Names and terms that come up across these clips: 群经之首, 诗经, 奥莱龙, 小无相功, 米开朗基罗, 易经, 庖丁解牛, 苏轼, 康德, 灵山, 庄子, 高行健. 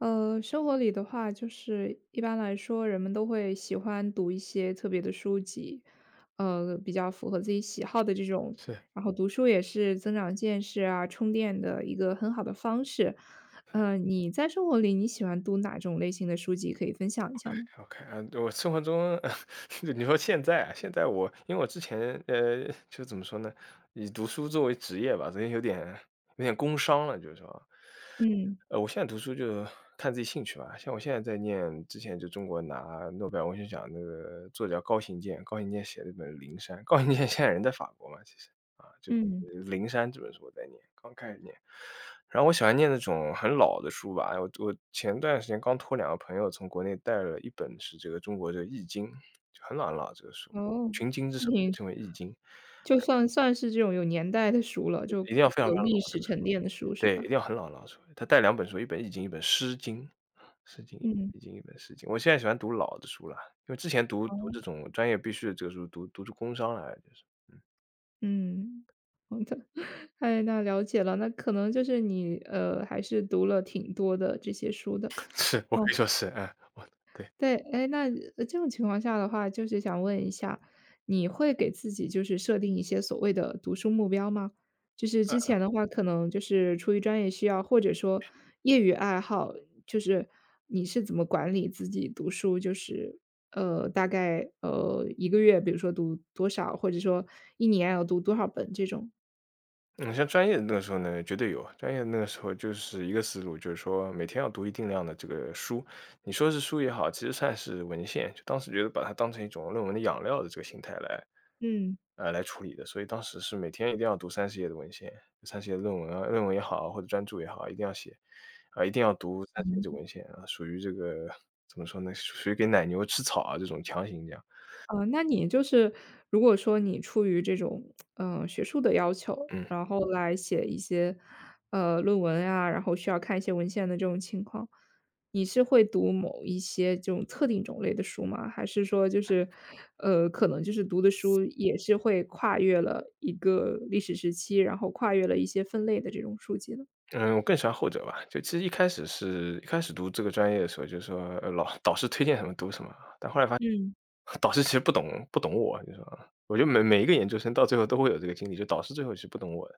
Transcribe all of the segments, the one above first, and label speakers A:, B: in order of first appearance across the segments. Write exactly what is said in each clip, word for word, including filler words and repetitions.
A: 呃，生活里的话，就是一般来说，人们都会喜欢读一些特别的书籍，呃，比较符合自己喜好的这种。
B: 是
A: 然后读书也是增长见识啊、充电的一个很好的方式。呃，你在生活里你喜欢读哪种类型的书籍？可以分享一下吗？
B: ，OK，OK，啊，我生活中 你说现在啊，现在我因为我之前呃，就怎么说呢，以读书作为职业吧，所以有点有点工伤了，就是说，
A: 嗯
B: 呃，我现在读书就看自己兴趣吧。像我现在在念，之前就中国拿诺贝尔文学奖那个作家高行健，高行健写了一本《灵山》，高行健现在人在法国嘛，其实啊，就
A: 嗯，
B: 是《灵山》这本书我在念，刚开始念。然后我喜欢念那种很老的书吧，我我前段时间刚托两个朋友从国内带了一本是这个中国这个《易经》，就很老很老这个书，
A: 哦，
B: 《群经之首》被
A: 挺
B: 称为《易经》，
A: 就算算是这种有年代的书了，就
B: 一定要非常
A: 有
B: 非常
A: 历
B: 老这
A: 史
B: 个书。
A: 沉淀的书是
B: 对，一
A: 吧？
B: 定要很老很老的书。他带两本书，一本《易经》，一本《诗经》，《诗经》
A: 嗯，
B: 《易经》，一本《诗经》。我现在喜欢读老的书了，因为之前读读这种专业必须的这个书，读读出工伤来了就是。嗯，
A: 嗯，好的。哎，那了解了，那可能就是你，呃，还是读了挺多的这些书的。
B: 是，我可
A: 哦，
B: 以说是，嗯，我对。
A: 对，哎，那呃这种情况下的话，就是想问一下，你会给自己就是设定一些所谓的读书目标吗？就是之前的话，可能就是出于专业需要，或者说业余爱好，就是你是怎么管理自己读书，就是，呃，大概，呃一个月，比如说读多少，或者说一年要读多少本这种？
B: 嗯，像专业的那个时候呢，绝对有。专业的那个时候就是一个思路，就是说每天要读一定量的这个书，你说是书也好，其实算是文献，就当时觉得把它当成一种论文的养料的这个心态来
A: 嗯，
B: 呃，来处理的。所以当时是每天一定要读三十页的文献三十页的论文啊论文也好啊，或者专著也好啊，一定要写，啊，一定要读三十页
A: 嗯
B: 的文献啊，属于这个怎么说呢，属于给奶牛吃草啊，这种强行这样。
A: 呃，那你就是如果说你出于这种，呃，学术的要求，
B: 嗯，
A: 然后来写一些，呃，论文呀，然后需要看一些文献的这种情况，你是会读某一些这种特定种类的书吗？还是说就是，呃，可能就是读的书也是会跨越了一个历史时期，然后跨越了一些分类的这种书籍呢？
B: 嗯，我更喜欢后者吧，就其实一开始是一开始读这个专业的时候，就是说，呃老 导师推荐什么读什么，
A: 嗯。
B: 导师其实不懂不懂我，你说啊我觉得每每一个研究生到最后都会有这个经历，就导师最后是不懂我的。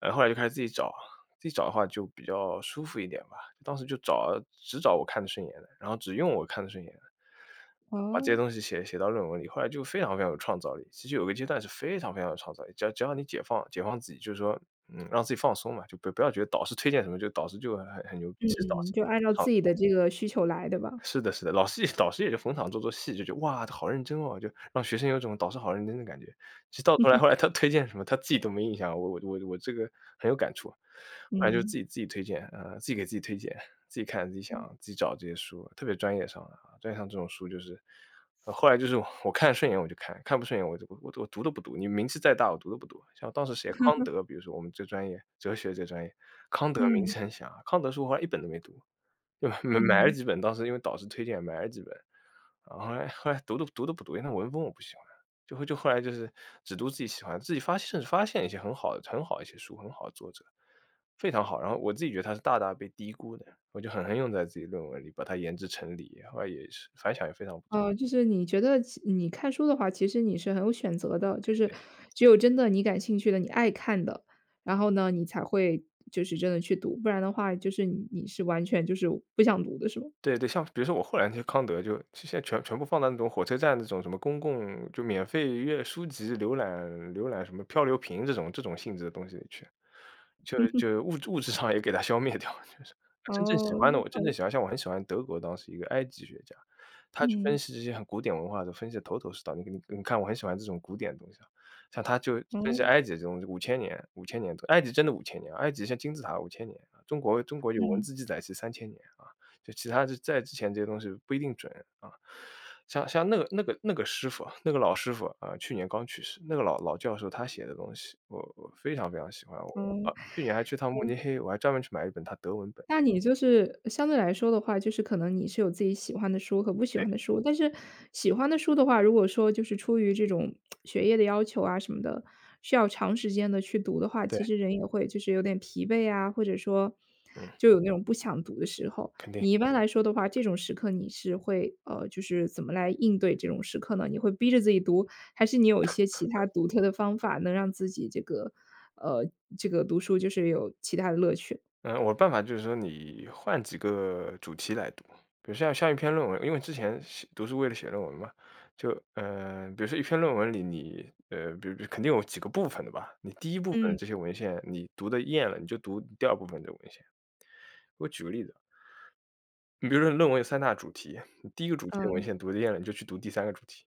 B: 呃，后来就开始自己找，自己找的话就比较舒服一点吧。当时就找只找我看得顺眼的，然后只用我看得顺眼的，把这些
A: 哦，
B: 东西写写到论文里。后来就非常非常有创造力，其实有个阶段是非常非常有创造力，只要只要你解放解放自己，就是说，嗯，让自己放松嘛，就不不要觉得导师推荐什么就导师就很很牛逼，其实导师
A: 嗯，就
B: 也是
A: 按
B: 非
A: 照
B: 常
A: 自己的这个需求来，的吧？
B: 是的是的，老师也导 师也就逢场做做戏，就觉得"哇，他好认真哦"，就让学生有种导师好认真的感觉。其实到头来，后来他推荐什么，他自己都没印象，我我我我这个很有感触。后来就自
A: 嗯，
B: 己自己推荐，呃，自己给自己推荐，自己看、自己想、自己找这些书，特别专业上的啊，专业上这种书就是呃后来就是我我看顺眼我就看，看不顺眼我就我我我读都不读，你名气再大我读都不读。像当时谁康德，比如说我们这专业，哲学这专业，康德名
A: 嗯，
B: 气很响啊康德书我后来一本都没读。就买买了
A: 嗯。
B: 几本，当时因为导师推荐买了几本，然后后来后来读的读的不读，因为那文风我不喜欢，就会就后来就是只读自己喜欢，自己发现甚至发现一些很好的很好一些书，很好的作者，非常好。然后我自己觉得它是大大被低估的，我就狠狠用在自己论文里，把它研制成理，后来也是反响也非常不错。
A: 哦，就是你觉得其你看书的话，其实你是很有选择的，就是只有真的你感兴趣的、你爱看的，然后呢，你才会就是真的去读，不然的话，就是你你是完全就是不想读的，是吗？
B: 对对，像比如说我后来那些康德就现在全全部放到那种火车站那种什么公共就免费阅书籍浏览浏览什么漂流瓶这种这种性质的东西里去，就就物质物质上也给它消灭掉，就是真正喜
A: 哦，
B: 欢的我
A: 好
B: 真正
A: 的
B: 喜欢像我很喜欢德国当时一个埃及学家，他去分
A: 嗯，
B: 析这些很古典文化的，分析的头头是道。你你你看我很喜欢这种古典的东西啊，像他就
A: 哦，
B: 分析埃及这种五千年五千年的埃及真的五千年啊，埃及像金字塔五千年啊，中国中国有文
A: 嗯，
B: 字记载是三千年啊。就其他这在之前这些东西不一定准啊。像像那个那个那个师傅，那个老师傅啊，去年刚去世，那个老老教授他写的东西，我我非常非常喜欢。我啊，
A: 哦。
B: 去年还去趟慕尼黑，我还专门去买了一本他德文本。
A: 那你就是相对来说的话，就是可能你是有自己喜欢的书和不喜
B: 对
A: 欢的书，但是喜欢的书的话，如果说就是出于这种学业的要求啊什么的，需要长时间的去读的话，
B: 对，
A: 其实人也会就是有点疲惫啊，或者说
B: 嗯，
A: 就有那种不想读的时候。
B: 肯定。
A: 你一般来说的话，这种时刻你是会，呃，就是怎么来应对这种时刻呢？你会逼着自己读，还是你有一些其他独特的方法能让自己这个，呃，这个读书就是有其他的乐趣？
B: 嗯，我的办法就是说你换几个主题来读，比如像像一篇论文，因为之前写读书为了写论文嘛，就嗯，呃比如说一篇论文里你呃，比如肯定有几个部分的吧，你第一部分的
A: 嗯。
B: 这些文献你读的厌了，你就读第二部分的文献。我举个例子啊你比如说论文有三大主题，你第一个主题的文
A: 嗯。
B: 献读的厌了，你就去读第三个主题；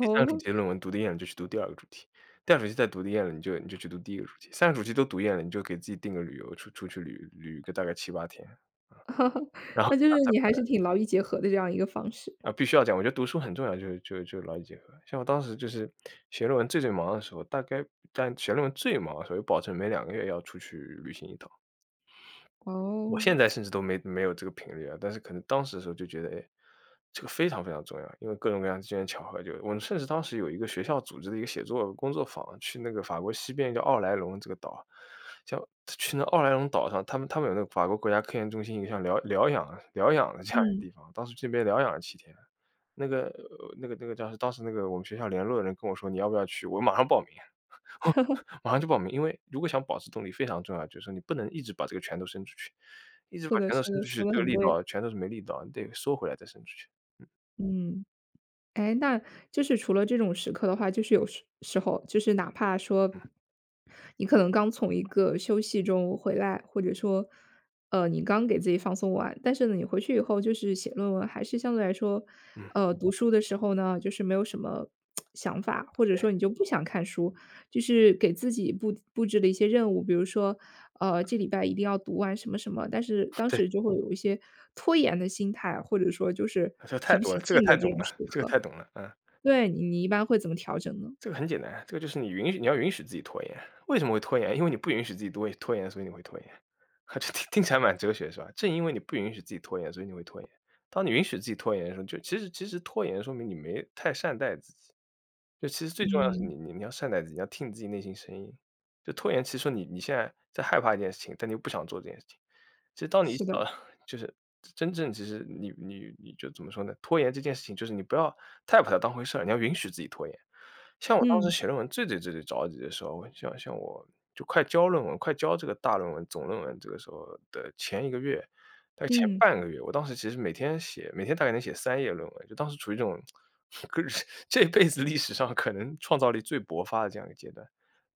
B: 第三个主题的论文读的厌了，你就去读第二个主题；第二主题再读的厌了，你就你就去读第一个主题；三个主题都读厌了，你就给自己定个旅游，出出去旅旅个大概七八天。然后
A: 那就是
B: 再
A: 你
B: 回
A: 还是挺劳逸结合的这样一个方式。
B: 来，啊，必须要这样。我觉得读书很重要，就是就就劳逸结合。像我当时就是写论文最最忙的时候，大概但写论文最忙的时候，有保证每两个月要出去旅行一趟。我
A: 哦，
B: 现在甚至都没没有这个频率啊，但是可能当时的时候就觉得，哎，这个非常非常重要，因为各种各样机缘巧合就我们甚至当时有一个学校组织的一个写作工作坊，去那个法国西边叫奥莱龙这个岛，像去那奥莱龙岛上，他们他们有那个法国国家科研中心一个像疗疗养疗养的这样一
A: 嗯，
B: 个地方，当时去那边疗养了七天。那个呃那个那个叫是当时那个我们学校联络的人跟我说："你要不要去？"我马上报名。马上就报名，因为如果想保持动力非常重要，就是说你不能一直把这个拳头伸出去，一直
A: 是
B: 把
A: 的
B: 拳头
A: 是的，
B: 伸出去，
A: 说的
B: 这个
A: 很
B: 力
A: 对，
B: 道全拳头是没力道，你得收回来再伸出去。
A: 嗯。哎，那就是除了这种时刻的话，就是有时时候，就是哪怕说
B: 嗯，
A: 你可能刚从一个休息中回来，或者说，呃，你刚给自己放松完，但是呢，你回去以后就是写论文，还是相对来说，
B: 嗯，
A: 呃，读书的时候呢，就是没有什么想法，或者
B: 对，
A: 说你就不想看书，就是给自己布布置了一些任务，比如说，呃，这礼拜一定要读完什么什么，但是当
B: 对，
A: 时就会有一些拖延的心态，或者说就是
B: 这
A: 提
B: 太
A: 不
B: 多了，
A: 起
B: 这个
A: 劲
B: 太
A: 的这
B: 懂
A: 种时
B: 了，这个
A: 刻。
B: 太懂了，嗯。
A: 对，你你一般会怎么调整呢？
B: 这个很简单，这个就是你允许你要允许自己拖延。为什么会拖延？因为你不允许自己多拖延，所以你会拖延。啊，这听听起来蛮哲学是吧？正因为你不允许自己拖延，所以你会拖延。当你允许自己拖延的时候，就其实其实拖延说明你没太善待自己。就其实最重要的是你
A: 嗯，
B: 你你要善待自己，你要听你自己内心声音。就拖延其实说你你现在在害怕一件事情，但你又不想做这件事情。其实当你
A: 是的，
B: 呃就是真正其实你你你就怎么说呢？拖延这件事情，就是你不要太把它当回事儿，你要允许自己拖延。像我当时
A: 嗯，
B: 写论文最最最最着急的时候，像像我就快交论文，快交这个大论文、总论文这个时候的前一个月，大概前
A: 嗯，
B: 半个月，我当时其实每天写每天大概能写三页论文，就当时处于这种 这辈子历史上可能创造力最勃发的这样一个阶段。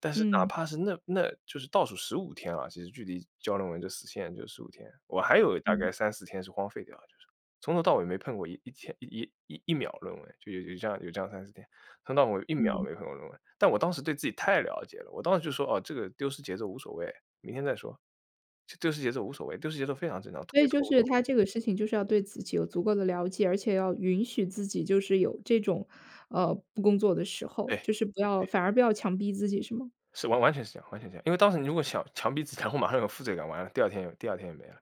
B: 但是哪
A: 嗯，
B: 怕是那那就是倒数十五天啊，其实距离交论文就死线就十五天，我还有大概
A: 嗯，
B: 三四天是荒废掉的，就是从头到尾没碰过一一天一一一一秒论文，就有有这样有这样三四天，从头到尾一秒
A: 嗯，
B: 没碰过论文。但我当时对自己太了解了，我当时就说：“哦，这个丢失节奏无所谓，明天再说。这丢失节奏无所谓，丢失节奏非常正常，
A: 所
B: 拖
A: 以
B: 一
A: 就
B: 拖无
A: 是
B: 所
A: 他
B: 谓。”
A: 这个事情就是要对自己有足够的了解，而且要允许自己就是有这种，呃，不工作的时候，
B: 对，
A: 就是不要反而不要强逼自己是吗？
B: 是完完全是这样，完全是这样。因为当时你如果想强逼自己，然后马上有负罪感，完了第二天有第二天也没了。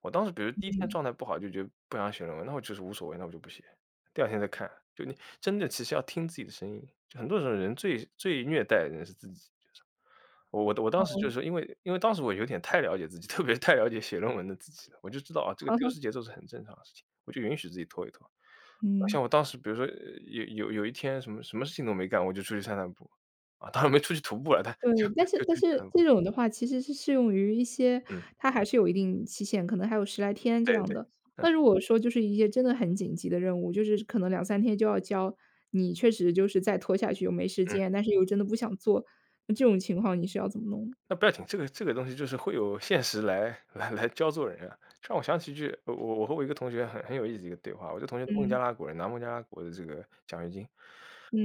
B: 我当时比如第一天
A: 嗯，
B: 状态不好，就觉得不想写论文，那我就是无所谓，那我就不写，第二天再看。就你真的其实要听自己的声音，就很多时候人最最虐待的人是自己。就是我我我
A: 哦，
B: 当时 就是说，因为因为当时我有点太了解自己，特别是太了解写论文的自己了，我就知道啊，这个
A: 好
B: 丢
A: 好，
B: 失节奏是很正常的事情，我就允许自己拖一拖。
A: 嗯。
B: 像我当时比如说呃有有有一天什么什么事情都没干，我就出去散散步，啊，当然没出去徒步了，但 就
A: 对，但是
B: 就
A: 但
B: 出去
A: 是
B: 散步，
A: 这种的话其实是适用于一些
B: 嗯，
A: 它还是有一定期限，可能还有十来天这
B: 对，
A: 样
B: 对，
A: 的。
B: 嗯，
A: 那如果说就是一些真的很紧急的任务，就是可能两三天就要交，你确实就是再拖下去又没时
B: 嗯。
A: 间，但是又真的不想做，那这种情况你是要怎么弄？
B: 那不要紧，这个这个东西就是会有现实来来来教做人啊。这让我想起一句，我我我和我一个同学很很有意思的一个对话。我这同学是孟加
A: 嗯，
B: 拉国人，拿孟加拉国的这个奖学金。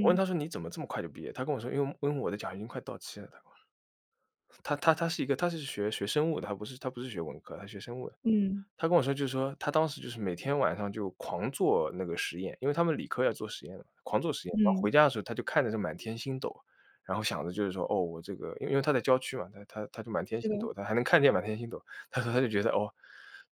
B: 我问他说：“你怎么这么快就毕业？”他跟我说：“因为因为我的奖学金快到期了。”他他他他是一个他是学学生物的，他不是他不是学文科，他学生物的。
A: 嗯，
B: 他跟我说就是说，他当时就是每天晚上就狂做那个实验，因为他们理科要做实验嘛，狂做实验。然后回
A: 嗯，
B: 家的时候，他就看着这满天星斗，然后想着就是说，哦，我这个因为因为他在郊区嘛，他他他就满天
A: 是
B: 星
A: 的。
B: 斗，他还能看见满天星斗。他说他就觉得，哦，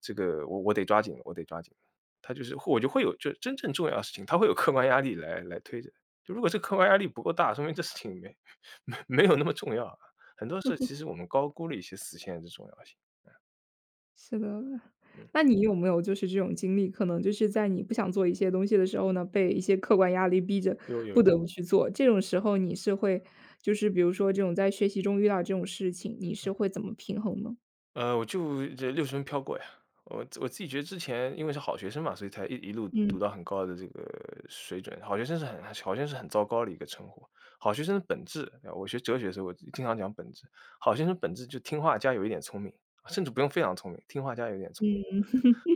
B: 这个我我得抓紧了，我得抓紧了，他就是我就会有就真正重要的事情，他会有客观压力来来推着。就如果这客观压力不够大，说明这事情没 没没有那么重要啊。很多事其实我们高估了一些死线的重要性。
A: 是的，
B: 嗯，
A: 那你有没有就是这种经历，可能就是在你不想做一些东西的时候呢，被一些客观压力逼着
B: 有，有，
A: 不得不去做，这种时候你是会就是比如说这种在学习中遇到这种事情，你是会怎么平衡呢？
B: 呃，我就这六十分飘过呀。我我自己觉得之前因为是好学生嘛，所以才一一路
A: 嗯，
B: 读到很高的这个水准。好学生是很好像是很糟糕的一个称呼。好学生的本质，对吧，我学哲学的时候，我经常讲本质。好学生本质就听话加有一点聪明，甚至不用非常聪明，听话加有一点聪明。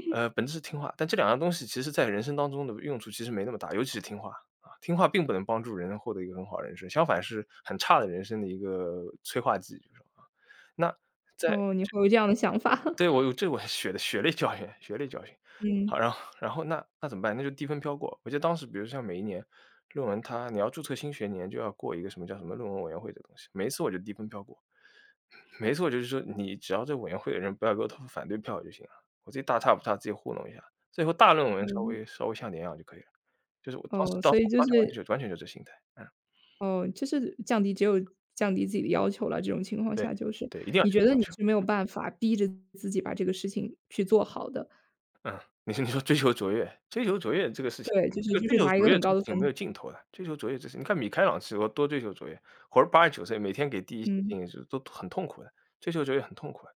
B: 呃，本质是听话，但这两样东西其实在人生当中的用处其实没那么大，尤其是听话啊，听话并不能帮助人获得一个很好的人生，相反是很差的人生的一个催化剂，就是说啊。那在
A: 哦，你会有这样的想法。
B: 对，我 有这我血的血泪教训，血泪教训。
A: 嗯，
B: 好，然后然后那那怎么办？那就低分飘过。我记得当时比如像每一年论文它你要注册新学年就要过一个什么叫什么论文委员会的东西，每一次我就低分飘过。每一次我就是说你只要这委员会的人不要给我投反对票就行了，我自己大差不差自己糊弄一下，最后大论文稍
A: 嗯，
B: 微稍微像点样就可以了。就是我当时
A: 哦，
B: 当
A: 所
B: 时
A: 以就
B: 当时完
A: 是
B: 全就完全就这心态，嗯，
A: 哦，就是降低只有降低自己的要求了，这种情况
B: 对，
A: 下就是，
B: 对，一定要
A: 你
B: 这个
A: 觉得
B: 要
A: 你
B: 求。
A: 是没有办法逼着自己把这个事情去做好的，
B: 嗯，你说你说追求卓越，追求卓越这个事情，
A: 对，
B: 嗯
A: 就是
B: 这个
A: 就
B: 追
A: 是
B: 求
A: 拿一
B: 卓
A: 个
B: 越
A: 很
B: 这
A: 高
B: 个事
A: 的
B: 情没
A: 分，
B: 有尽头的。追求卓越这事，你看米开朗基罗多追求卓越，活了八十九岁，每天给第一写
A: 嗯。
B: 信就都很痛苦的，追求卓越很痛苦的。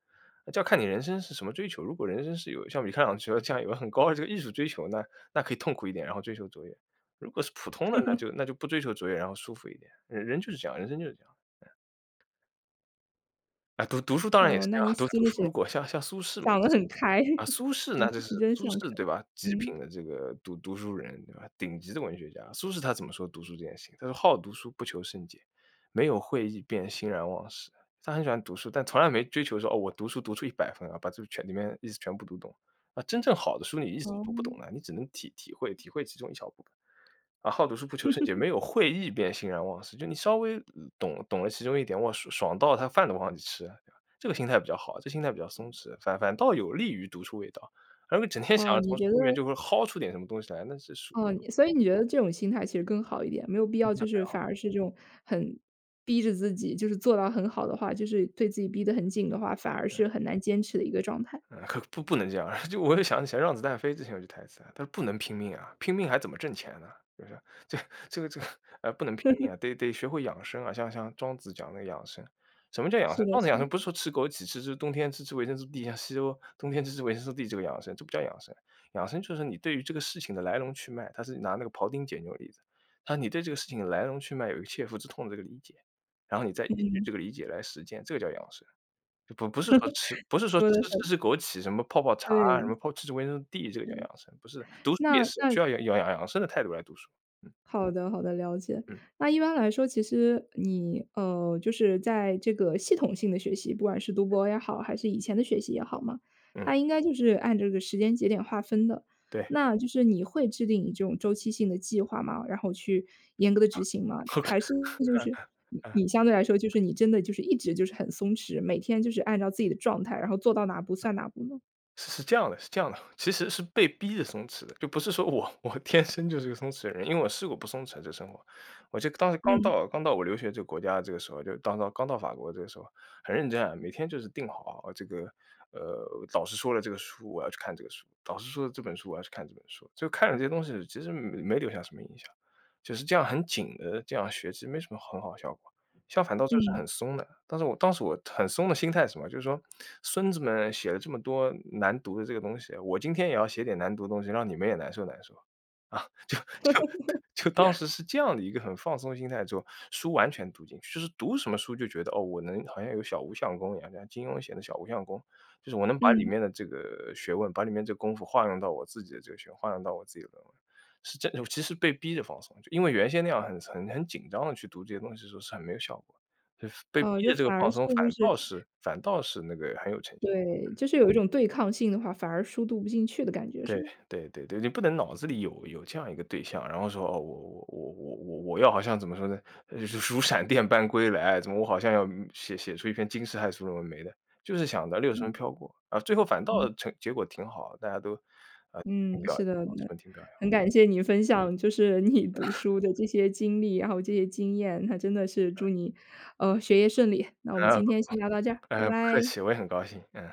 B: 这要看你人生是什么追求，如果人生是有像米开朗基罗这样有很高的这个艺术追求，那那可以痛苦一点，然后追求卓越。如果是普通的，那就那就不追求卓越，然后舒服一点。人人就是这样，人生就是这样。啊，读读书当然也
A: 哦，
B: 是这
A: 那
B: 样，
A: 你
B: 读
A: 真
B: 读
A: 的
B: 书如
A: 是
B: 果像像苏轼嘛，
A: 想得很开，
B: 啊，苏轼 那
A: 你
B: 就是
A: 你真
B: 苏
A: 想开，
B: 轼对吧？极
A: 嗯，
B: 品的这个读读书人对吧？顶级的文学家。苏轼他怎么说读书这件事情？他说：“好读书，不求甚解，没有会意便欣然忘食。”他很喜欢读书，但从来没追求说：“哦，我读书读出一百分啊，把这全里面意思全部读懂。”啊，真正好的书你意思
A: 哦，
B: 读不懂的，你只能体体会体会其中一小部分。啊，好读书不求甚解，没有会意便欣然忘食。就你稍微嗯懂懂了其中一点，哇，爽爽到他饭都忘记吃了对吧？这个心态比较好，这心态比较松弛，反反倒有利于读出味道。而整天想
A: 哦，
B: 着
A: 你
B: 从书
A: 觉得
B: 里面就会薅出点什么东西来，那是书。
A: 哦，你所以你觉得这种心态其实更好一点，没有必要就是反而是这种很逼着自己，就是做到很好的话，就是对自己逼得很紧的话，反而是很难坚持的一个状态。
B: 嗯，可不不能这样。就我又想起来“让子弹飞”之前有句台词啊，他说：“不能拼命啊，拼命还怎么挣钱呢？” 就是这这个这个，呃，不能拼命啊，得得学会养生啊。像像庄子讲那个养生，什么叫养生？
A: 是的，
B: 庄子
A: 是
B: 养生
A: 的，
B: 不是说吃枸杞、吃吃冬天吃吃维生素 D，像西欧冬天吃吃维生素 D 这个养生，这不叫养生。养生就是你对于这个事情的来龙去脉，他是拿那个庖丁解牛的例子，他说你对这个事情的来龙去脉有一个切肤之痛的这个理解，然后你再依据这个理解来实践，这个叫养生。不不是说吃不是说
A: 说的
B: 吃吃
A: 很
B: 吃枸杞，什么泡泡茶啊，什么
A: 对，
B: 泡吃吃维生素 D 这个叫
A: 对。
B: 养生，不是的。读书也
A: 那
B: 是，需
A: 那
B: 要养养养养生的态度来读书。嗯，
A: 好的，好的，了解。
B: 嗯，
A: 那一般来说，其实你呃，就是在这个系统性的学习，不管是读博也好，还是以前的学习也好嘛，
B: 嗯，
A: 它应该就是按这个时间节点划分的。
B: 对
A: 那就是你会制定你这种周期性的计划吗？然后去严格的执行吗？还
B: ，OK。
A: 是就是你你相对来说，就是你真的就是一直就是很松弛，每天就是按照自己的状态，然后做到哪步算哪步呢？
B: 是是这样的，是这样的，其实是被逼着松弛的，就不是说我 我天生就是个松弛的人，因为我试过不松弛这生活。我就当时刚
A: 嗯
B: 到刚到我留学这个国家这个时候，就当到刚到法国这个时候，很认真啊，每天就是定好啊这个呃导师说了这个书我要去看这个书，导师说了这本书我要去看这本书，就看了这些东西，其实没没留下什么印象，就是这样很紧的这样学，其实没什么很好效果。相反倒是是
A: 嗯
B: 很松的。但是我当时我很松的心态是什么？就是说孙子们写了这么多难读的这个东西，我今天也要写点难读的东西，让你们也难受难受。啊，就就就当时是这样的一个很放松心态之后，书完全读进去，就是读什么书就觉得，哦，我能好像有小无相功一样，像金庸写的小无相功，就是我能把里
A: 嗯，
B: 面的这个学问，把里面这个功夫化用到我自己的这个学，化用到我自己的论文。是真的，我其实被逼着放松，就因为原先那样很很很紧张的去读这些东西的时候是很没有效果的，就是被
A: 呃，
B: 逼
A: 就
B: 着这个
A: 反而
B: 放
A: 是
B: 松反
A: 就是
B: 倒是反倒是那个很有成效。
A: 对，就是有一种对抗性的话，反而书读不进去的感觉是
B: 对，
A: 吗？
B: 对，对，对，你不能脑子里有有这样一个对象，然后说，哦，我我我我我我要好像怎么说呢，呃，如闪电般归来，哎怎么我好像要写写出一篇惊世骇俗论文没的，就是想着六十
A: 嗯
B: 分飘过，啊，最后反倒
A: 嗯
B: 成结果挺好，大家都，啊挺
A: 嗯
B: 表扬，
A: 是的，
B: 老师
A: 那
B: 们挺表
A: 很感谢你分享，就是你读书的这些经历，然后这些经验，那真的是祝你，呃，学业顺利。那我们
B: 扬。啊
A: 今
B: 不
A: 天先聊到这儿，拜
B: 呃，不客
A: 拜。
B: 气，我也很高兴，嗯。